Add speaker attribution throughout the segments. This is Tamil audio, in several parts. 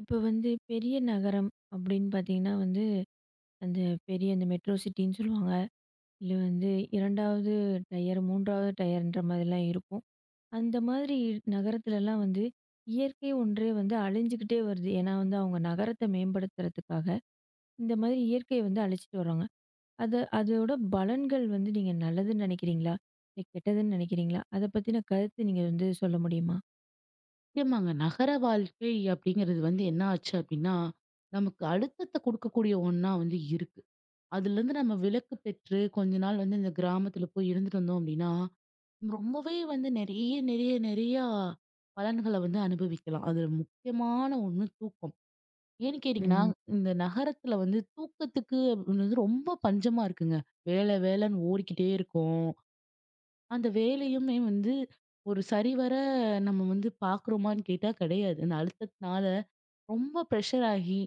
Speaker 1: இப்ப வந்து பெரிய நகரம் அப்படின்னு பார்த்தீங்கன்னா வந்து, அந்த பெரிய அந்த மெட்ரோ சிட்டின்னு சொல்லுவாங்க. இல்ல வந்து 2வது டயர், 3வது டயர்ன்ற மாதிரிலாம் இருக்கும். அந்த மாதிரி நகரத்துலலாம் வந்து இயற்கை ஒன்றே வந்து அழிஞ்சுக்கிட்டே வருது. ஏன்னா வந்து அவங்க நகரத்த மேம்படுத்துறதுக்காக, இந்த மாதிரி இயற்கைய வந்து அழிச்சிட்டு வராங்க. அது அதோட பலன்கள் வந்து நீங்க நல்லதுன்னு நினைக்கிறீங்களா? இல்ல கெட்டதுன்னு நினைக்கிறீங்களா? அத பத்தின கருத்து நீங்க வந்து சொல்ல முடியுமா?
Speaker 2: நிச்சயமாங்க. நகர வாழ்க்கை அப்படிங்கிறது வந்து என்ன ஆச்சு அப்படின்னா, நமக்கு அழுத்தத்த குடுக்கக்கூடிய ஒண்ணா வந்து இருக்கு. அதுலருந்து நம்ம விலக்கு பெற்று கொஞ்ச நாள் வந்து இந்த கிராமத்துல போய் இருந்துட்டு வந்தோம் அப்படின்னா, ரொம்பவே வந்து நெறைய, நெறைய, நெறையா பலன்கள வந்து அனுபவிக்கலாம். அதுல முக்கியமான ஒண்ணு தூக்கம். ஏன்னு கேட்டீங்கன்னா,
Speaker 1: ம்.
Speaker 2: இந்த நகரத்துல வந்து தூக்கத்துக்கு அப்படின்றது ரொம்ப பஞ்சமா இருக்குங்க. வேல வேலன்னு ஓடிக்கிட்டே இருக்கும். அந்த வேலையுமே வந்து ஒரு சரிவர நம்ம வந்து பார்க்குறோமான்னு கேட்டா கிடையாது. அந்த அழுத்தத்தினால ரொம்ப ப்ரெஷர் ஆகி,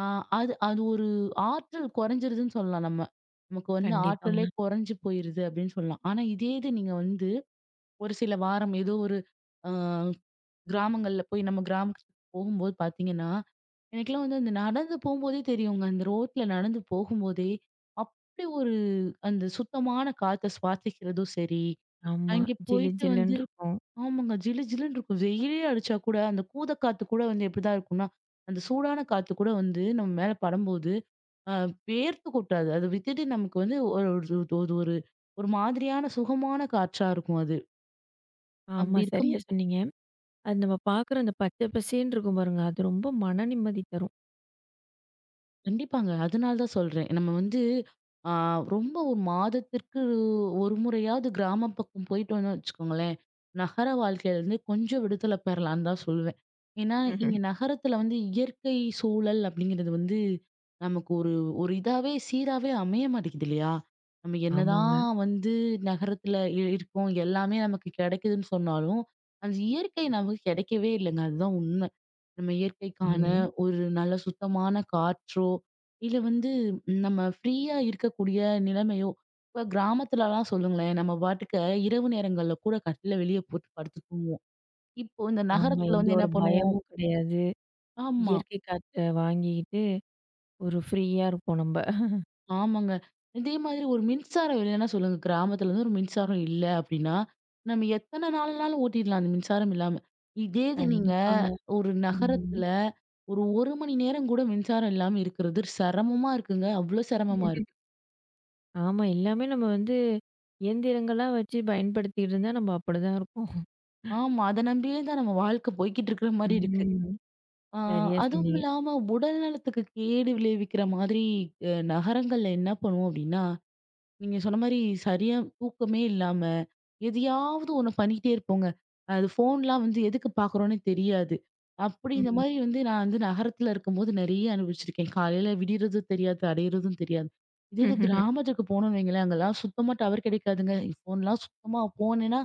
Speaker 2: ஆ அது அது ஒரு ஆற்றல் குறைஞ்சிருதுன்னு சொல்லலாம் நம்ம. நமக்கு வந்து ஆற்றலே
Speaker 1: கண்டிப்பாங்க.
Speaker 2: குறைஞ்சு போயிருது அப்படின்னு சொல்லலாம். ஆனா இதே இது நீங்க வந்து ஒரு சில வாரம் ஏதோ ஒரு அ கிராமங்கள்ல போய் நம்ம கிராமத்துக்கு போகும்போது பார்த்தீங்கன்னா, எனக்கெல்லாம் வந்து அந்த நடந்து போம்போதே தெரியுங்க. அந்த ரோட்ல நடந்து போகும்போதே, அப்படி ஒரு அந்த சுத்தமான காத்த சுவாசிக்கிறதும் சரி,
Speaker 1: ஆமா.
Speaker 2: அங்கே
Speaker 1: ஜிலு
Speaker 2: போயிட்டு வந்து
Speaker 1: ஜிலுன்னு இருக்கும்.
Speaker 2: ஆமாங்க. ஜிலு ஜிலுன்னு இருக்கும். வெயிலே அடிச்சா கூட, அந்த கூத காத்து கூட வந்து எப்படிதான் இருக்கும்னா, அந்த சூடான காத்து கூட வந்து நம்ம மேல படும்போது, அ வேர்த்து கொட்டாது. அது வித்துட்டு நமக்கு வந்து ஒரு ஒரு ஒரு ஒரு ஒரு மாதிரியான சுகமான காற்றா இருக்கும் அது.
Speaker 1: ஆமா.
Speaker 2: அப்படி இருக்கும்.
Speaker 1: சரியா சொன்னீங்க. அது நம்ம பார்க்குற அந்த பச்சை பசேன்னு இருக்கும் பாருங்க. அது ரொம்ப மன நிம்மதி தரும்.
Speaker 2: கண்டிப்பாங்க. அதனால தான் சொல்றேன். நம்ம வந்து ஆ ரொம்ப ஒரு மாதத்திற்கு ஒரு முறையாவது கிராம பக்கம் போயிட்டு வந்தோம்னு வச்சுக்கோங்களேன், நகர வாழ்க்கையிலேருந்து கொஞ்சம் விடுதலை பெறலான்னு தான் சொல்லுவேன். ஏன்னா,
Speaker 1: ம்ஹ்ம்.
Speaker 2: இங்க நகரத்துல வந்து இயற்கை சூழல் அப்படிங்கிறது வந்து நமக்கு ஒரு ஒரு இதாவே சீராவே அமைய மாட்டேங்குது இல்லையா? நம்ம
Speaker 1: ஆமாங்க.
Speaker 2: என்னதான் வந்து நகரத்துல இருக்கோம், எல்லாமே நமக்கு கிடைக்குதுன்னு சொன்னாலும், அந்த இயற்கை நமக்கு கிடைக்கவே இல்லைங்க. அதுதான் உண்மை. நம்ம இயற்கைக்கான
Speaker 1: ம்.
Speaker 2: ஒரு நல்ல சுத்தமான காற்றோ, இல்ல வந்து நம்ம ஃப்ரீயா இருக்கக்கூடிய நிலைமையோ, இப்ப கிராமத்துலலாம் சொல்லுங்களேன், நம்ம பாட்டுக்கு இரவு நேரங்கள்ல கூட கட்டில வெளிய போட்டு படுத்து தூங்குவோம். இப்போ இந்த
Speaker 1: ஆமா.
Speaker 2: நகரத்துல
Speaker 1: எந்த
Speaker 2: வந்து என்ன
Speaker 1: ஒரு
Speaker 2: பண்ணுவோம்?
Speaker 1: பயமும் கிடையாது.
Speaker 2: ஆமா.
Speaker 1: இயற்கை காற்ற வாங்கிக்கிட்டு ஒரு ஃப்ரீயா இருப்போம் நம்ப.
Speaker 2: ஆமாங்க. இதே மாதிரி ஒரு மின்சாரம் இல்லன்னா சொல்லுங்க. கிராமத்துல வந்து ஒரு மின்சாரம் இல்ல அப்படின்னா, நம்ம எத்தன நாள்னாலும் ஓட்டிடலாம் அந்த மின்சாரம் இல்லாம. இதே இது நீங்க
Speaker 1: கண்டிப்பாங்க.
Speaker 2: ஒரு
Speaker 1: ம்.
Speaker 2: நகரத்துல ஒரு 1 மணி நேரம் கூட மின்சாரம் இல்லாம இருக்கிறது சிரமமா இருக்குங்க. அவ்ளோ சிரமமா இருக்கு.
Speaker 1: ஆமா. எல்லாமே நம்ம வந்து இயந்திரங்களா வச்சு பயன்படுத்திக்கிட்டு இருந்தா நம்ம அப்படிதான் இருப்போம்.
Speaker 2: ஆமா. அத நம்பியே தான் நம்ம வாழ்க்கை போய்க்கிட்டு இருக்கிற மாரி இருக்கு.
Speaker 1: ம்.
Speaker 2: ஆ
Speaker 1: சரியா
Speaker 2: அதுவும்
Speaker 1: சொன்னீங்க.
Speaker 2: இல்லாம உடல் நலத்துக்கு கேடு விளைவிக்கிற மாதிரி நகரங்கள்ல என்ன பண்ணுவோம் அப்படின்னா, நீங்க சொன்ன மாரி சரியா தூக்கமே இல்லாம எதையாவது ஒண்ணு பண்ணிட்டே இருப்போங்க. அது ஃபோன்லாம் வந்து எதுக்கு பார்க்குறோன்னே தெரியாது. அப்படி இந்த
Speaker 1: ம்.
Speaker 2: மாரி வந்து நான் வந்து நகரத்துல இருக்கும்போது நெறைய அனுபவிச்சிருக்கேன். காலையில விடியறதும் தெரியாது, அடையறதும் தெரியாது. இதே இது
Speaker 1: ம்ஹும்.
Speaker 2: கிராமத்துக்கு போனோம்னு வைங்களேன், அங்கலாம் சுத்தமா டவர் கிடைக்காதுங்க. ஃபோன்லாம் சுத்தமா போனேன்னா,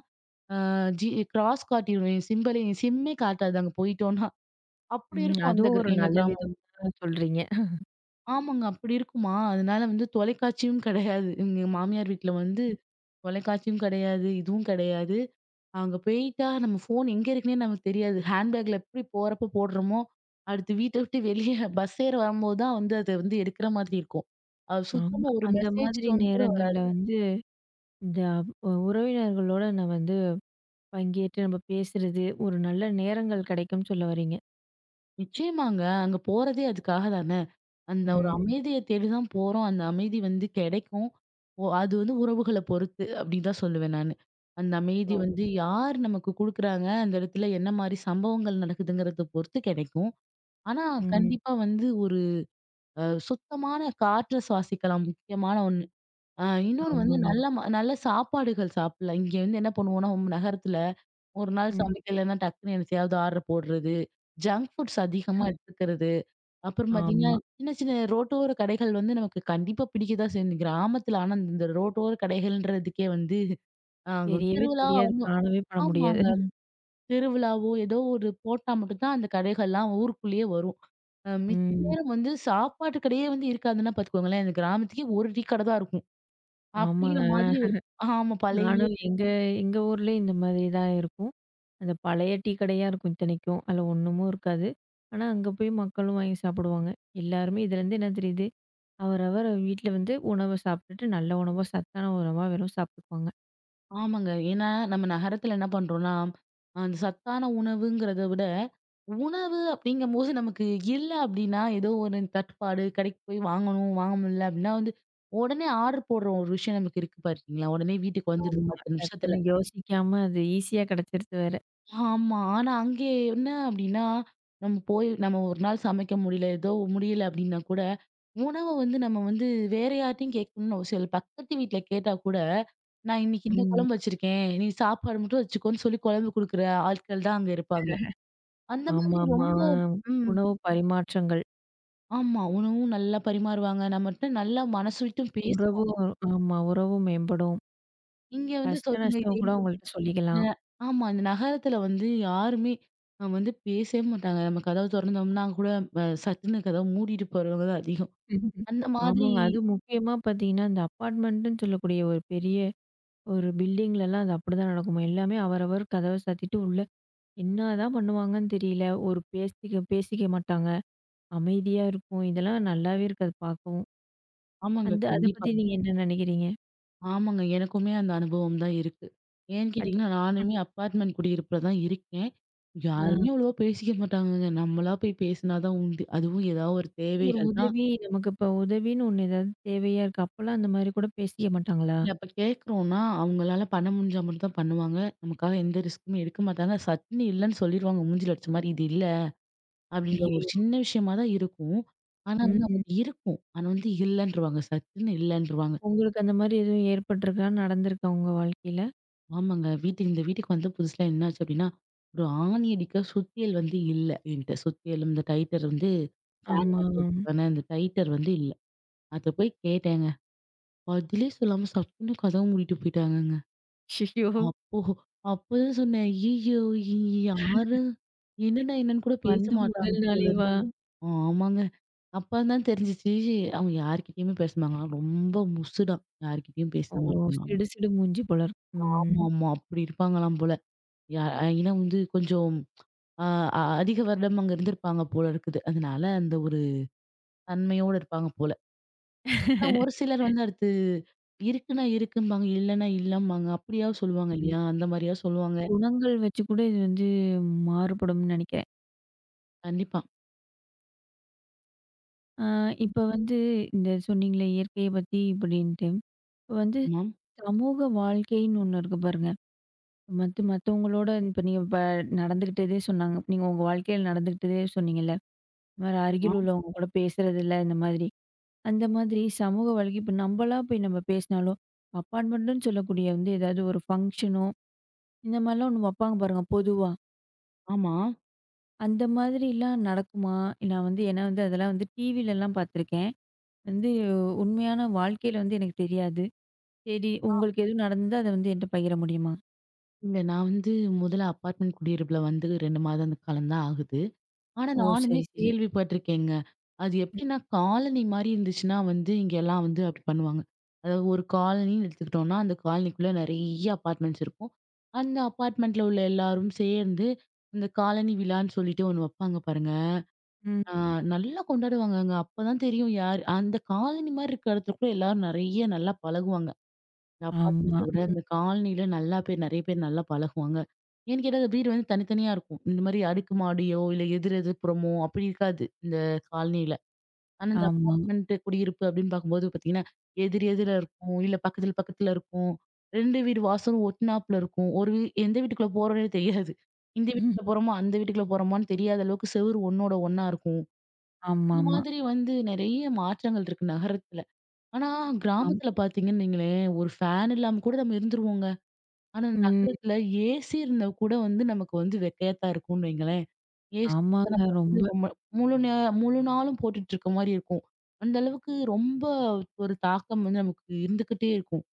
Speaker 2: அ ஜி கிராஸ் காட்டிரும். என் சிம்பலே என் சிம்மே காட்டாது அங்க போயிட்டோம்ன்னா. அப்படி
Speaker 1: ம்.
Speaker 2: இருக்கும் அந்த
Speaker 1: அதுவும் ஒரு
Speaker 2: எங்க
Speaker 1: நல்ல
Speaker 2: கிராமம்.
Speaker 1: விதம் தான் சொல்றீங்க.
Speaker 2: ஆமாங்க அப்படி இருக்குமா, அதனால வந்து தொலைக்காட்சியும் கிடையாது. எங்க மாமியார் வீட்ல வந்து தொலைக்காட்சியும் கிடையாது, இதுவும் கிடையாது. அங்க போயிட்டா நம்ம ஃபோன் எங்க இருக்குன்னே நமக்கு தெரியாது. ஹேண்ட்பேக்ல எப்படி போறப்ப போடுறோமோ, அடுத்து வீட்ட விட்டு வெளியே பஸ் ஏற வரும்போது தான் வந்து அத வந்து எடுக்கிற மாதிரி இருக்கும். அது
Speaker 1: ஆமா.
Speaker 2: சுத்தமா ஒரு
Speaker 1: அந்த
Speaker 2: மெசேஜ்
Speaker 1: மாதிரி
Speaker 2: டோன் கூட
Speaker 1: நேரங்கள்ல
Speaker 2: வராது.
Speaker 1: வந்து இந்த உறவினர்களோட நான் வந்து பங்கேற்று நம்ம பேசுறது, ஒரு நல்ல நேரங்கள் கிடைக்கும்னு சொல்ல வர்றீங்க.
Speaker 2: நிச்சயமாங்க. அங்க போறதே அதுக்காக தானே. அந்த ஒரு
Speaker 1: ம்.
Speaker 2: அமைதிய தேடி தான் போறோம். அந்த அமைதி வந்து கிடைக்கும். ஒ அது வந்து உறவுகள பொறுத்து அப்படின்னு தான் சொல்லுவேன் நானு. அந்த அமைதி
Speaker 1: ஓ.
Speaker 2: வந்து யார் நமக்கு குடுக்குறாங்க, அந்த இடத்துல என்ன மாரி சம்பவங்கள் நடக்குதுங்கிறத பொறுத்து கிடைக்கும். ஆனா
Speaker 1: ம்.
Speaker 2: கண்டிப்பா வந்து ஒரு அ சுத்தமான காற்ற சுவாசிக்கலாம் முக்கியமான ஒண்ணு. இன்னொன்னு வந்து
Speaker 1: ஆமாங்க.
Speaker 2: நல்ல நல்ல சாப்பாடுகள் சாப்பிடலாம். இங்க வந்து என்ன பண்ணுவோம்னா, நகரத்துல ஒரு நாள்
Speaker 1: ம்.
Speaker 2: சமைக்கலன்னா டக்குன்னு என்னத்தையாவது ஆர்டர் போடுறது. ஜங்க் ஃபுட்ஸ் அதிகமா எடுத்துக்கிறது. அப்புறம் பார்த்தீங்கன்னா,
Speaker 1: ஆமா.
Speaker 2: சின்ன சின்ன ரோட்டோர கடைகள் வந்து நமக்கு கண்டிப்பா பிடிக்க தான் செய்யும். கிராமத்துல ஆனா இந்த ரோட்டோர கடைகள்ன்றதுக்கே வந்து அ
Speaker 1: தெரியவே
Speaker 2: திருவிழா
Speaker 1: தெரியாது.
Speaker 2: ஆமா.
Speaker 1: காணவே பண்ண முடியாது.
Speaker 2: ஆமாங்க. திருவிழாவோ ஏதோ ஒரு போட்டா மட்டும் தான் அந்த கடைகள்லாம் ஊருக்குள்ளேயே வரும். மித்த
Speaker 1: ம்.
Speaker 2: நேரம் வந்து சாப்பாட்டு கடையே வந்து இருக்காதுன்னா பார்த்துக்கோங்களேன். இந்த கிராமத்துக்கே ஒரு டீ கடை தான் இருக்கும்.
Speaker 1: ஆமாங்க.
Speaker 2: அப்படிங்கிற மாதிரி ஒரு ஆமா பழைய
Speaker 1: நானும் எங்க எங்க ஊர்லயும் இந்த மாதிரி தான் இருக்கும். அந்த பழைய டீ கடையா இருக்கும் இத்தனைக்கும். அதில ஒண்ணுமும் இருக்காது. ஆனா, அங்க போய் மக்களும் வாங்கி சாப்பிடுவாங்க. எல்லாருமே இதுலேருந்து என்ன தெரியுது? அவரவர் வீட்ல வந்து உணவ சாப்பிட்டுட்டு, நல்ல உணவா, சத்தான உணவா வெறும் சாப்பிட்டுக்குவாங்க.
Speaker 2: ஆமாங்க. ஏன்னா நம்ம நகரத்துல என்ன பண்றோம்னா, அந்த சத்தான உணவுங்கிறத விட, உணவு அப்படிங்கும்போது நமக்கு இல்ல அப்படின்னா, ஏதோ ஒரு தட்டுப்பாடு கடைக்கு போய் வாங்கணும், வாங்க முடியல அப்படின்னா வந்து, உடனே ஆர்டர் போடுற ஒரு விஷயம் நமக்கு இருக்கு பார்த்தீங்களா? உடனே வீட்டுக்கு வந்துடுது
Speaker 1: ஆமா.
Speaker 2: 10 நிமிஷத்துல.
Speaker 1: டக்குன்னு யோசிக்காம அது ஈஸியா கிடைச்சிருது வேற.
Speaker 2: ஆமா. ஆனா அங்கே என்ன அப்டின்னா, நம்ம போய் நம்ம ஒரு நாள் சமைக்க முடியல, ஏதோ முடியல அப்டின்னா கூட, உணவ வந்து நம்ம வந்து வேற யார்ட்டயும் கேட்கணும்னு அவசியம் இல்ல. பக்கத்து வீட்ல கேட்டா கூட, நான் இன்னைக்கு இந்த
Speaker 1: ம்.
Speaker 2: குழம்பு வச்சிருக்கேன். நீ சாப்பாடு மட்டும் வச்சுக்கோன்னு சொல்லி குழம்பு குடுக்குற ஆட்கள் தான் அங்க இருப்பாங்க. அந்த மாதிரி
Speaker 1: ஆமாமா.
Speaker 2: ரொம்ப ம்.
Speaker 1: உணவு பரிமாற்றங்கள்.
Speaker 2: ஆமா. உணவும் நல்லா பரிமாறுவாங்க. நம்மட்ட நல்லா மனசு விட்டும் பேசுவாங்க.
Speaker 1: உறவும் ஆமா. உறவும் மேம்படும்.
Speaker 2: இங்க வந்து
Speaker 1: கஷ்ட
Speaker 2: சொல்லுங்க
Speaker 1: நஷ்டம்
Speaker 2: இதே
Speaker 1: கூட
Speaker 2: இந்த
Speaker 1: அவங்கள்ட்ட சொல்லிக்கலாம்.
Speaker 2: ஆமா. இந்த நகரத்துல வந்து யாருமே வந்து பேசவே மாட்டாங்க. நம்ம கதவு தொறந்தோம்னா கூட சட்டுன்னு கதவ மூடிட்டு போறவங்க தான் அதிகம். அந்த மாதிரி
Speaker 1: ஆமாங்க. அதுவும் முக்கியமா பார்த்தீங்கன்னா, இந்த அப்பார்ட்மெண்ட்டுன்னு சொல்லக்கூடிய ஒரு பெரிய ஒரு பில்டிங்லலாம் அது அப்படிதான் நடக்குமா. எல்லாமே அவரவர் கதவ சாத்திட்டு உள்ள என்னதான் பண்ணுவாங்கன்னு தெரியல. ஒரு பேசிக்க பேசிக்க மாட்டாங்க. அமைதியா இருக்கும். இதெல்லாம் நல்லாவே இருக்காது பார்க்கவும்.
Speaker 2: ஆமாங்க.
Speaker 1: அந்த அத
Speaker 2: கண்டிப்பா.
Speaker 1: பத்தி நீங்க என்ன நினைக்கிறீங்க?
Speaker 2: ஆமாங்க. எனக்குமே அந்த அனுபவம் தான் இருக்கு. ஏன்னு
Speaker 1: அச்
Speaker 2: கேட்டீங்கன்னா, நானுமே அப்பார்ட்மெண்ட் குடியிருப்புல தான் இருக்கேன். யாருமே
Speaker 1: ஆ.
Speaker 2: அவ்வளவா பேசிக்க மாட்டாங்கங்க. நம்மளா போய் பேசினா தான் உண்டு. அதுவும் ஏதாவது ஒரு
Speaker 1: ஒரு
Speaker 2: தேவைகள்னா
Speaker 1: உதவி நமக்கு இப்ப உதவின்னு ஒண்ணு ஏதாவது தேவையா இருக்கு. அப்பலாம் அந்த மாரி கூட பேசிக்க மாட்டாங்களா?
Speaker 2: இல்ல அப்ப கேட்குறோம்னா, அவங்களால பண்ண முடிஞ்சா மட்டும் தான் பண்ணுவாங்க. நமக்காக எந்த ரிஸ்க்குமே எடுக்க மாட்டாங்க. சட்டுன்னு இல்லன்னு சொல்லிருவாங்க மூஞ்சில அடிச்ச மாரி. இது இல்ல. அப்படின்ற ஒரு
Speaker 1: ஐயயோ!
Speaker 2: சின்ன விஷயமா தான் இருக்கும். ஆனா வந்து
Speaker 1: ம்.
Speaker 2: நமக்கு இருக்கும். ஆனா வந்து இல்லன்ருவாங்க. சட்டுன்னு இல்லன்ருவாங்க.
Speaker 1: உங்களுக்கு அந்த மாரி எதுவும் ஏற்பட்டுருக்கா? நடந்திருக்கா உங்க வாழ்க்கையில?
Speaker 2: ஆமாங்க. வீட்டுக்கு இந்த வீட்டுக்கு வந்த புதுசுல என்னாச்சு அப்படின்னா, ஒரு ஆணி அடிக்க சுத்தியல் வந்து இல்ல என்கிட்ட. சுத்தியலும் இந்த டைட்டர் வந்து ஃபேன்
Speaker 1: ஆமா.
Speaker 2: மாட்டுறதுக்கான அந்த டைட்டர் வந்து இல்ல. அத போய் கேட்டேங்க. பதிலே சொல்லாம சட்டுன்னு கதவ மூடிட்டு போயிட்டாங்கங்க.
Speaker 1: ஐயோ!
Speaker 2: அப்போ அப்பதான் சொன்னேன். ஐய்யய்யோ! யாரு என்னன்னா என்னன்னு கூட பேச
Speaker 1: வந்த
Speaker 2: மாட்டாங்க
Speaker 1: முதல்
Speaker 2: போலன்னு.
Speaker 1: நாளேவா?
Speaker 2: ஆமாங்க. அப்பதான் தெரிஞ்சுச்சு, அவங்க யார்கிட்டயுமே பேச மாட்டாங்களாம். ரொம்ப முசுடாம். யார்கிட்டயும் பேச
Speaker 1: ஓ!
Speaker 2: மாட்டாங்களாம்.
Speaker 1: சிடு சிடு மூஞ்சி போல இருக்கு. ம்.
Speaker 2: ஆமா, ஆமா. அப்படி இருப்பாங்களாம் போல. யா ஏன்னா வந்து கொஞ்சம் அ அ அதிக வருடம் அங்க இருந்திருப்பாங்க போல இருக்குது. அதனால அந்த ஒரு தன்மையோட இருப்பாங்க போல. ஆனா ஒரு சிலர் வந்து அடுத்து இருக்குன்னா இருக்கும்பாங்க, இல்லன்னா இல்லம்பாங்க. அப்படியாவது சொல்லுவாங்க
Speaker 1: ம்.
Speaker 2: இல்லையா? அந்த மாரியா சொல்லுவாங்க.
Speaker 1: குணங்கள் வச்சு கூட இது வந்து மாறுபடும்னு நெனைக்கிறேன்.
Speaker 2: கண்டிப்பா.
Speaker 1: ஆ. இப்ப வந்து இந்த சொன்னீங்களே இயற்கைய பத்தி இப்படின்ட்டு. இப்ப வந்து
Speaker 2: ஆமா.
Speaker 1: சமூக வாழ்க்கைன்னு ஒண்ணு இருக்கு பாருங்க. மத்தவங்களோட இப்ப நீங்க நடந்துக்கிட்டதே சொன்னாங்க. நீங்க உங்க வாழ்க்கையில நடந்துக்கிட்டதே சொன்னீங்கல்ல. இந்த மாரி
Speaker 2: ஆ
Speaker 1: அருகில் உள்ளவங்க கூட பேசுறதில்ல, இந்த மாதிரி. அந்த மாதிரி சமூக வாழ்க்கை இப்ப நம்பளா போய் நம்ம பேசினாலும், அப்பார்ட்மெண்ட்டுன்னு சொல்லக்கூடிய வந்து ஏதாவது ஒரு ஃபங்ஷனோ, இந்த மாரிலாம் ஒண்ணு வப்பாங்க பாருங்க பொதுவா.
Speaker 2: ஆமா.
Speaker 1: அந்த மாதிரிலாம் நடக்குமா? நான் வந்து ஏன்னா வந்து அதெல்லாம் வந்து டிவிலலாம் பார்த்துருக்கேன். வந்து உண்மையான வாழ்க்கையில வந்து எனக்கு தெரியாது. சரி உங்களுக்கு எதுவும் நடந்தா அத வந்து என்ட்ட பகிர முடியுமா?
Speaker 2: இல்ல நான் வந்து முதல்ல அபார்ட்மெண்ட் குடியிருப்புல வந்து 2 மாதம் காலம் தான் ஆகுது. ஆனா
Speaker 1: ஓ!
Speaker 2: நானுமே
Speaker 1: சரி, சரி.
Speaker 2: கேள்விப்பட்டிருக்கேங்க. அது எப்படின்னா காலனி மாரி இருந்துச்சுன்னா வந்து இங்கெல்லாம் வந்து அப்படி பண்ணுவாங்க. அதாவது ஒரு காலனின்னு எடுத்துக்கிட்டோம்னா, அந்த காலனிக்குள்ள நெறைய அபார்ட்மெண்ட்ஸ் இருக்கும். அந்த அபார்ட்மெண்ட்ல உள்ள எல்லாரும் சேர்ந்து இந்த காலனி விழான்னு சொல்லிட்டு ஒண்ணு வைப்பாங்க பாருங்க. ஆ
Speaker 1: ம்.
Speaker 2: நல்லா கொண்டாடுவாங்கங்க. அப்பதான் தெரியும் யார் அந்த காலனி மாரி இருக்க இடத்துல கூட எல்லாரும் நெறைய நல்லா பழகுவாங்க. அப்பார்ட்மெண்ட்ட
Speaker 1: ஆமா.
Speaker 2: விட
Speaker 1: ம்.
Speaker 2: இந்த காலனில நல்லா நெறைய பேர் நல்லா பழகுவாங்க. ஏன்னு கேட்டா, அந்த வீடு வந்து தனித்தனியா இருக்கும். இந்த மாரி அடுக்கு மாடியோ, இல்ல எதிர் எதிர்ப்புறமோ அப்படி இருக்காது இந்த காலனில. ஆனா இந்த
Speaker 1: ஆமா.
Speaker 2: அப்பார்ட்மெண்ட் குடியிருப்பு அப்படின்னு பார்க்கும்போது பார்த்தீங்கன்னா, எதிர் எதிரா இருக்கும். இல்ல பக்கத்துல பக்கத்துல இருக்கும். 2 வீடு வாசலும் ஒட்டுனாப்புல இருக்கும். ஒரு வீ எந்த வீட்டுக்குள்ள போறோம்னே தெரியாது. இந்த வீட்டுக்குள்ள போறோமா, அந்த வீட்டுக்குள்ள போறோமான்னு தெரியாத அளவுக்கு செவுரு ஒண்ணோட ஒண்ணா இருக்கும். இந்த
Speaker 1: ஆமாமா.
Speaker 2: மாதிரி வந்து நெறைய மாற்றங்கள் இருக்கு நகரத்துல. ஆனா
Speaker 1: ஆம்.
Speaker 2: கிராமத்துல பார்த்தீங்கன்னு வைங்களேன், ஒரு ஃபேன் இல்லாம கூட நம்ம இருந்துருவோங்க. ஆனா
Speaker 1: ம்.
Speaker 2: நகரத்துல ஏசி இருந்தா கூட வந்து நமக்கு வந்து வெக்கையாத்தான் இருக்கும்னு வைங்களேன். ஏசி கூட
Speaker 1: ஆமாங்க.
Speaker 2: நம்ம வந்து
Speaker 1: ரொம்ப
Speaker 2: ரொம்ப முழு நே முழு நாளும் போட்டுட்டு இருக்க மாரி இருக்கும். அந்த அளவுக்கு ரொம்ப ஒரு தாக்கம் வந்து நமக்கு இருந்துகிட்டே இருக்கும்.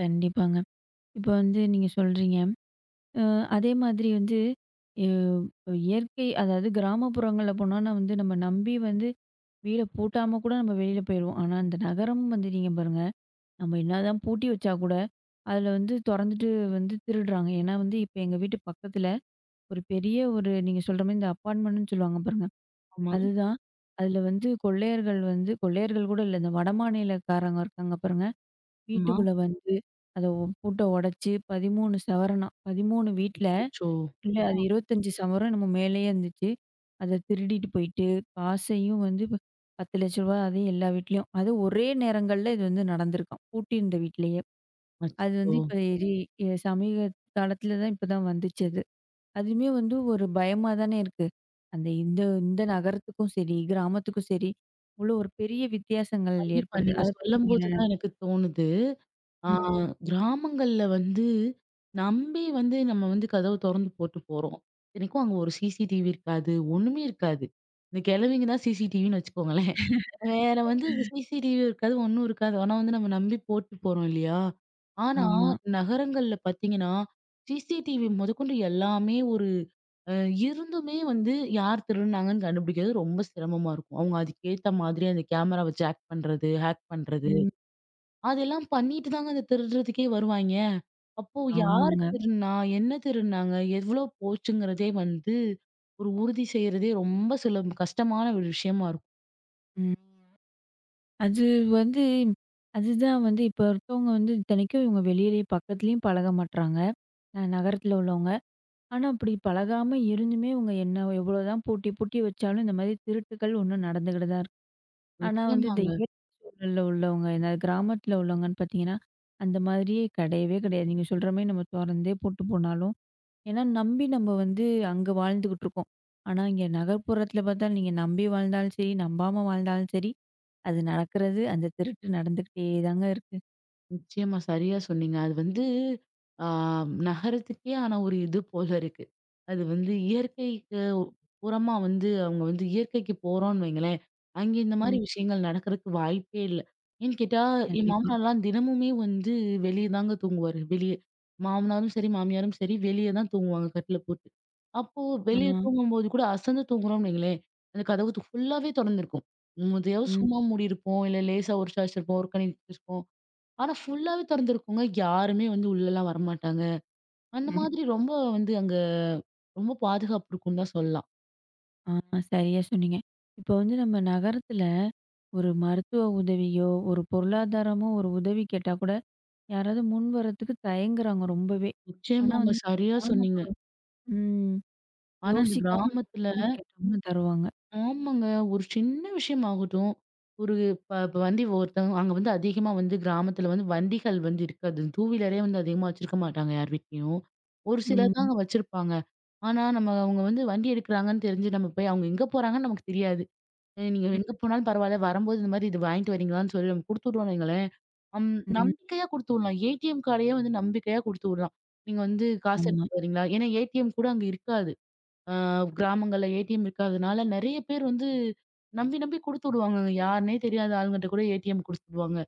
Speaker 1: கண்டிப்பாங்க. இப்ப வந்து நீங்க சொல்றீங்க. அ அதே மாதிரி வந்து இவ் இயற்கை அதாவது கிராமப்புறங்கள்ல போனோம்னா வந்து நம்ம நம்பி வந்து வீட பூட்டாம கூட நம்ம வெளியில போயிருவோம். ஆனா, இந்த நகரம் வந்துட்டீங்க பாருங்க, நம்ம என்னதான் பூட்டி வச்சா கூட, அதுல வந்து தொறந்துட்டு வந்து திருடுறாங்க. ஏன்னா வந்து இப்ப எங்க வீட்டு பக்கத்துல ஒரு பெரிய ஒரு நீங்க சொல்ற மாரி இந்த அப்பார்ட்மெண்ட்ன்னு சொல்லுவாங்க பாருங்க.
Speaker 2: ஆமா,
Speaker 1: அதுதான். அதுல வந்து கொள்ளையர்கள் கூட இல்ல. இந்த வடமாநிலக்காரங்க இருக்காங்க பாருங்க.
Speaker 2: ஆமா.
Speaker 1: வீட்டுக்குள்ள வந்து, அத பூட்ட உடைச்சு 13 சவரனாம். 13 வீட்ல
Speaker 2: அச்சோ!
Speaker 1: இல்ல
Speaker 2: ஆ,
Speaker 1: அது 25 சவரன் என்னமோ மேலேயே இருந்துச்சு. அத திருடிட்டு போயிட்டு, காசையும் வந்து ரூ. 10,00,000 அதையும் எல்லா வீட்லயும். அதுவும் ஒரே நேரங்கள்ல இது வந்து நடந்திருக்காம். பூட்டியிருந்த வீட்லயே. அது
Speaker 2: அச்சச்சோ!
Speaker 1: வந்து இப்ப எரி எ சமீக காலத்துல தான் இப்ப தான் வந்துச்சு அது. அதுவுமே வந்து ஒரு பயமா தானே இருக்கு. அந்த இந்த இந்த நகரத்துக்கும் சரி, கிராமத்துக்கும் சரி, இவ்வளோ ஒரு பெரிய வித்தியாசங்கள்
Speaker 2: கண்டிப்பா.
Speaker 1: ஏற்படுது.
Speaker 2: நீங்க
Speaker 1: அத பத்தி நீங்க என்ன
Speaker 2: சொல்லும்போது தான் எனக்கு தோணுது. ஆ
Speaker 1: ம்.
Speaker 2: கிராமங்கள்ல வந்து நம்பி வந்து நம்ம வந்து கதவு தொறந்து போட்டு போறோம். இத்தனைக்கும் அங்க ஒரு சிசிடிவி இருக்காது. ஒண்ணுமே இருக்காது. இந்த கிழவிங்க தான் சிசிடிவின்னு வச்சுக்கோங்களேன். வேற வந்து சிசிடிவி இருக்காது, ஒண்ணும் இருக்காது. ஆனா வந்து நம்ம நம்பி போட்டு போறோம் இல்லையா? ஆனா
Speaker 1: ஆமா.
Speaker 2: நகரங்கள்ல பார்த்தீங்கன்னா, சிசிடிவி முதற்கொண்டு எல்லாமே ஒரு அ இருந்துமே வந்து யார் திருடுனாங்கன்னு கண்டுபிடிக்கிறது ரொம்ப சிரமமா இருக்கும். அவங்க அதுக்கேத்த மாதிரி அந்த கேமராவ ஜாக் பண்றது, ஹேக் பண்றது,
Speaker 1: ம்.
Speaker 2: அதெல்லாம் பண்ணிட்டு தாங்க அந்த திருடுறதுக்கே வருவாய்ங்க. அப்போ யார்
Speaker 1: ஆமாங்க.
Speaker 2: திருடுனா? என்ன திருடுனாங்க? எவ்வளோ போச்சுங்கிறதே வந்து ஒரு உறுதி செய்றதே ரொம்ப சுலபம் கஷ்டமான ஒரு விஷயமா இருக்கும்.
Speaker 1: ம். அது வந்து அதுதான் வந்து இப்ப ஒருத்தவங்க வந்து இத்தனைக்கும் இவங்க வெளியிலேயே பக்கத்துலயும் பழக மாட்றாங்க. நகரத்துல உள்ளவங்க. ஆனா அப்படி பழகாம இருந்துமே இவங்க என்ன எவ்வளோதான் பூட்டி பூட்டி வச்சாலும் இந்த மாதிரி திருட்டுக்கள் ஒண்ணு நடந்துகிட்டு தான் இருக்கு. ஆனா வந்து இந்த
Speaker 2: நிச்சயமாங்க.
Speaker 1: இயற்கை சூழல்ல உள்ளவங்க, இந்த கிராமத்துல உள்ளவங்கன்னு பார்த்தீங்கன்னா, அந்த மாதிரி கிடையவே கிடையாது. நீங்க சொல்ற மாரி நம்ம தொறந்தே பூட்டு போனாலும், ஏன்னா நம்பி நம்ம வந்து அங்க வாழ்ந்துகிட்டு இருக்கோம். ஆனா இங்க நகர்ப்புறத்துல பார்த்தா நீங்க நம்பி வாழ்ந்தாலும் சரி, நம்பாம வாழ்ந்தாலும் சரி அது நடக்கிறது, அந்த திருட்டு நடந்துகிட்டே தாங்க இருக்கு.
Speaker 2: நிச்சயமா. சரியா சொன்னீங்க. அது வந்து ஆ நகரத்துக்கே ஆனா ஒரு இது போல இருக்கு. அது வந்து இயற்கைக்கு புறமா வந்து அவங்க வந்து இயற்கைக்கு போறோம்ன்னு வைங்களேன், அங்கே இந்த மாரி
Speaker 1: ம்.
Speaker 2: விஷயங்கள் நடக்கிறதுக்கு வாய்ப்பே இல்ல. ஏன்னு கேட்டா, என்
Speaker 1: கண்டிப்பா.
Speaker 2: மாமனார்லாம் தினமுமே வந்து வெளிய தாங்க தூங்குவாரு. வெளிய. மாமனாரும் சரி, மாமியாரும் சரி வெளிய தான் தூங்குவாங்க கட்டில போட்டு. அப்போ
Speaker 1: ஆ.
Speaker 2: வெளிய தூங்கும்போது கூட அசந்து தூங்குறோம்ன்னு வைங்களேன், அந்த கதவு ஃபுல்லாவே தொறந்திருக்கும். ம், எதையாவது
Speaker 1: ம்.
Speaker 2: சும்மா மூடியிருப்போம், இல்ல லேசா ஒரு சாய்ச்சிருப்போம், ஒரு கண்ணி ஆனா ஃபுல்லாவே திறந்திருக்குங்க. யாருமே வந்து உள்ளலாம் வரமாட்டாங்க. அந்த
Speaker 1: ம்.
Speaker 2: மாதிரி ரொம்ப வந்து அங்க ரொம்ப பாதுகாப்பு இருக்குன்னு தான் சொல்லலாம்.
Speaker 1: ஆ. சரியா சொன்னீங்க. இப்ப வந்து நம்ம நகரத்துல ஒரு மருத்துவ உதவியோ, ஒரு பொருளாதாரமோ ஒரு உதவி கேட்டா கூட, யாராவது முன் வரதுக்கு தயங்குறாங்க ரொம்பவே. ஆனா
Speaker 2: நிச்சயமாங்க.
Speaker 1: வந்து
Speaker 2: சரியா சொன்னீங்க.
Speaker 1: கிராமப்புறம் ம்.
Speaker 2: ஆனா இந்த
Speaker 1: யோசிக்காம நமக்கு
Speaker 2: கிராமத்துல
Speaker 1: வந்து கேட்டோம்னா தருவாங்க.
Speaker 2: ஆமாங்க. ஒரு சின்ன விஷயமாகட்டும். ஒரு இப்ப வண்டி ஒருத்தவங்க அங்க வந்து அதிகமா வந்து கிராமத்துல வந்து வண்டிகள் வந்து இருக்காது. டூ வீலரே வந்து அதிகமா வச்சிருக்க மாட்டாங்க யார் வீட்லயும். ஒரு சிலர்
Speaker 1: ம்.
Speaker 2: தாங்க வச்சிருப்பாங்க. ஆனா நம்ம அவங்க வந்து வண்டி எடுக்குறாங்கன்னு தெரிஞ்சு நம்ம போய் அவங்க எங்க போறாங்கன்னு நமக்கு தெரியாது. நீங்க எங்க போனாலும் பரவால்ல. வரும்போது இந்த மாரி இது வாங்கிட்டு வரீங்களான்னு சொல்லி நம்ம குடுத்து விட்டோம்னு வைங்களேன், அம்
Speaker 1: ம்.
Speaker 2: நம்பிக்கையா குடுத்து விடலாம். ஏடிஎம் கார்டையே வந்து நம்பிக்கையா குடுத்து விடலாம். நீங்க வந்து காசு
Speaker 1: ஆமா.
Speaker 2: எடுத்துட்டு வரீங்களா? ஏன்னா ஏடிஎம் கூட அங்க இருக்காது. அ கிராமங்கள்ல ஏடிஎம் இருக்காதனால நெறைய பேர் வந்து நம்பி நம்பி குடுத்து விடுவாங்கங்க. யாருன்னே தெரியாத ஆளுங்கட்ட கூட ஏடிஎம் குடுத்து விடுவாங்க.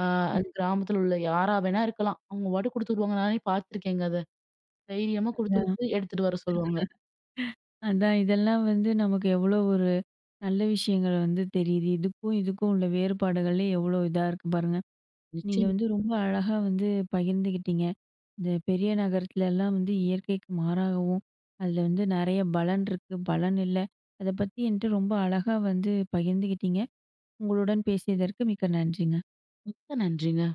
Speaker 2: அ
Speaker 1: ம்.
Speaker 2: அது கிராமத்துல உள்ள யாரா வேணா இருக்கலாம். அவங்க பாட்டுக்கு குடுத்து விடுவாங்க. நானே பார்த்துருக்கேங்க அத. தைரியமா குடுத்து
Speaker 1: அதான்,
Speaker 2: விட்டு எடுத்துட்டு வர சொல்லுவாங்க.
Speaker 1: அதான் இதெல்லாம் வந்து நமக்கு எவ்வளோ ஒரு நல்ல விஷயங்கள் வந்து தெரியுது. இதுக்கும், இதுக்கும் உள்ள வேறுபாடுகள்ல எவ்வளோ இதா இருக்கு பாருங்க. நீங்க
Speaker 2: நிச்சயமா.
Speaker 1: வந்து ரொம்ப அழகா வந்து பகிர்ந்துக்கிட்டீங்க. இந்த பெரிய நகரத்துலலாம் வந்து இயற்கைக்கு மாறாகவும், அதில வந்து நெறைய பலன் இருக்கு, பலன் இல்ல. அத பத்தி என்ட்ட ரொம்ப அழகா வந்து பகிர்ந்துக்கிட்டீங்க. உங்களுடன் பேசியதற்கு மிக்க நன்றிங்க.
Speaker 2: மிக்க நன்றிங்க.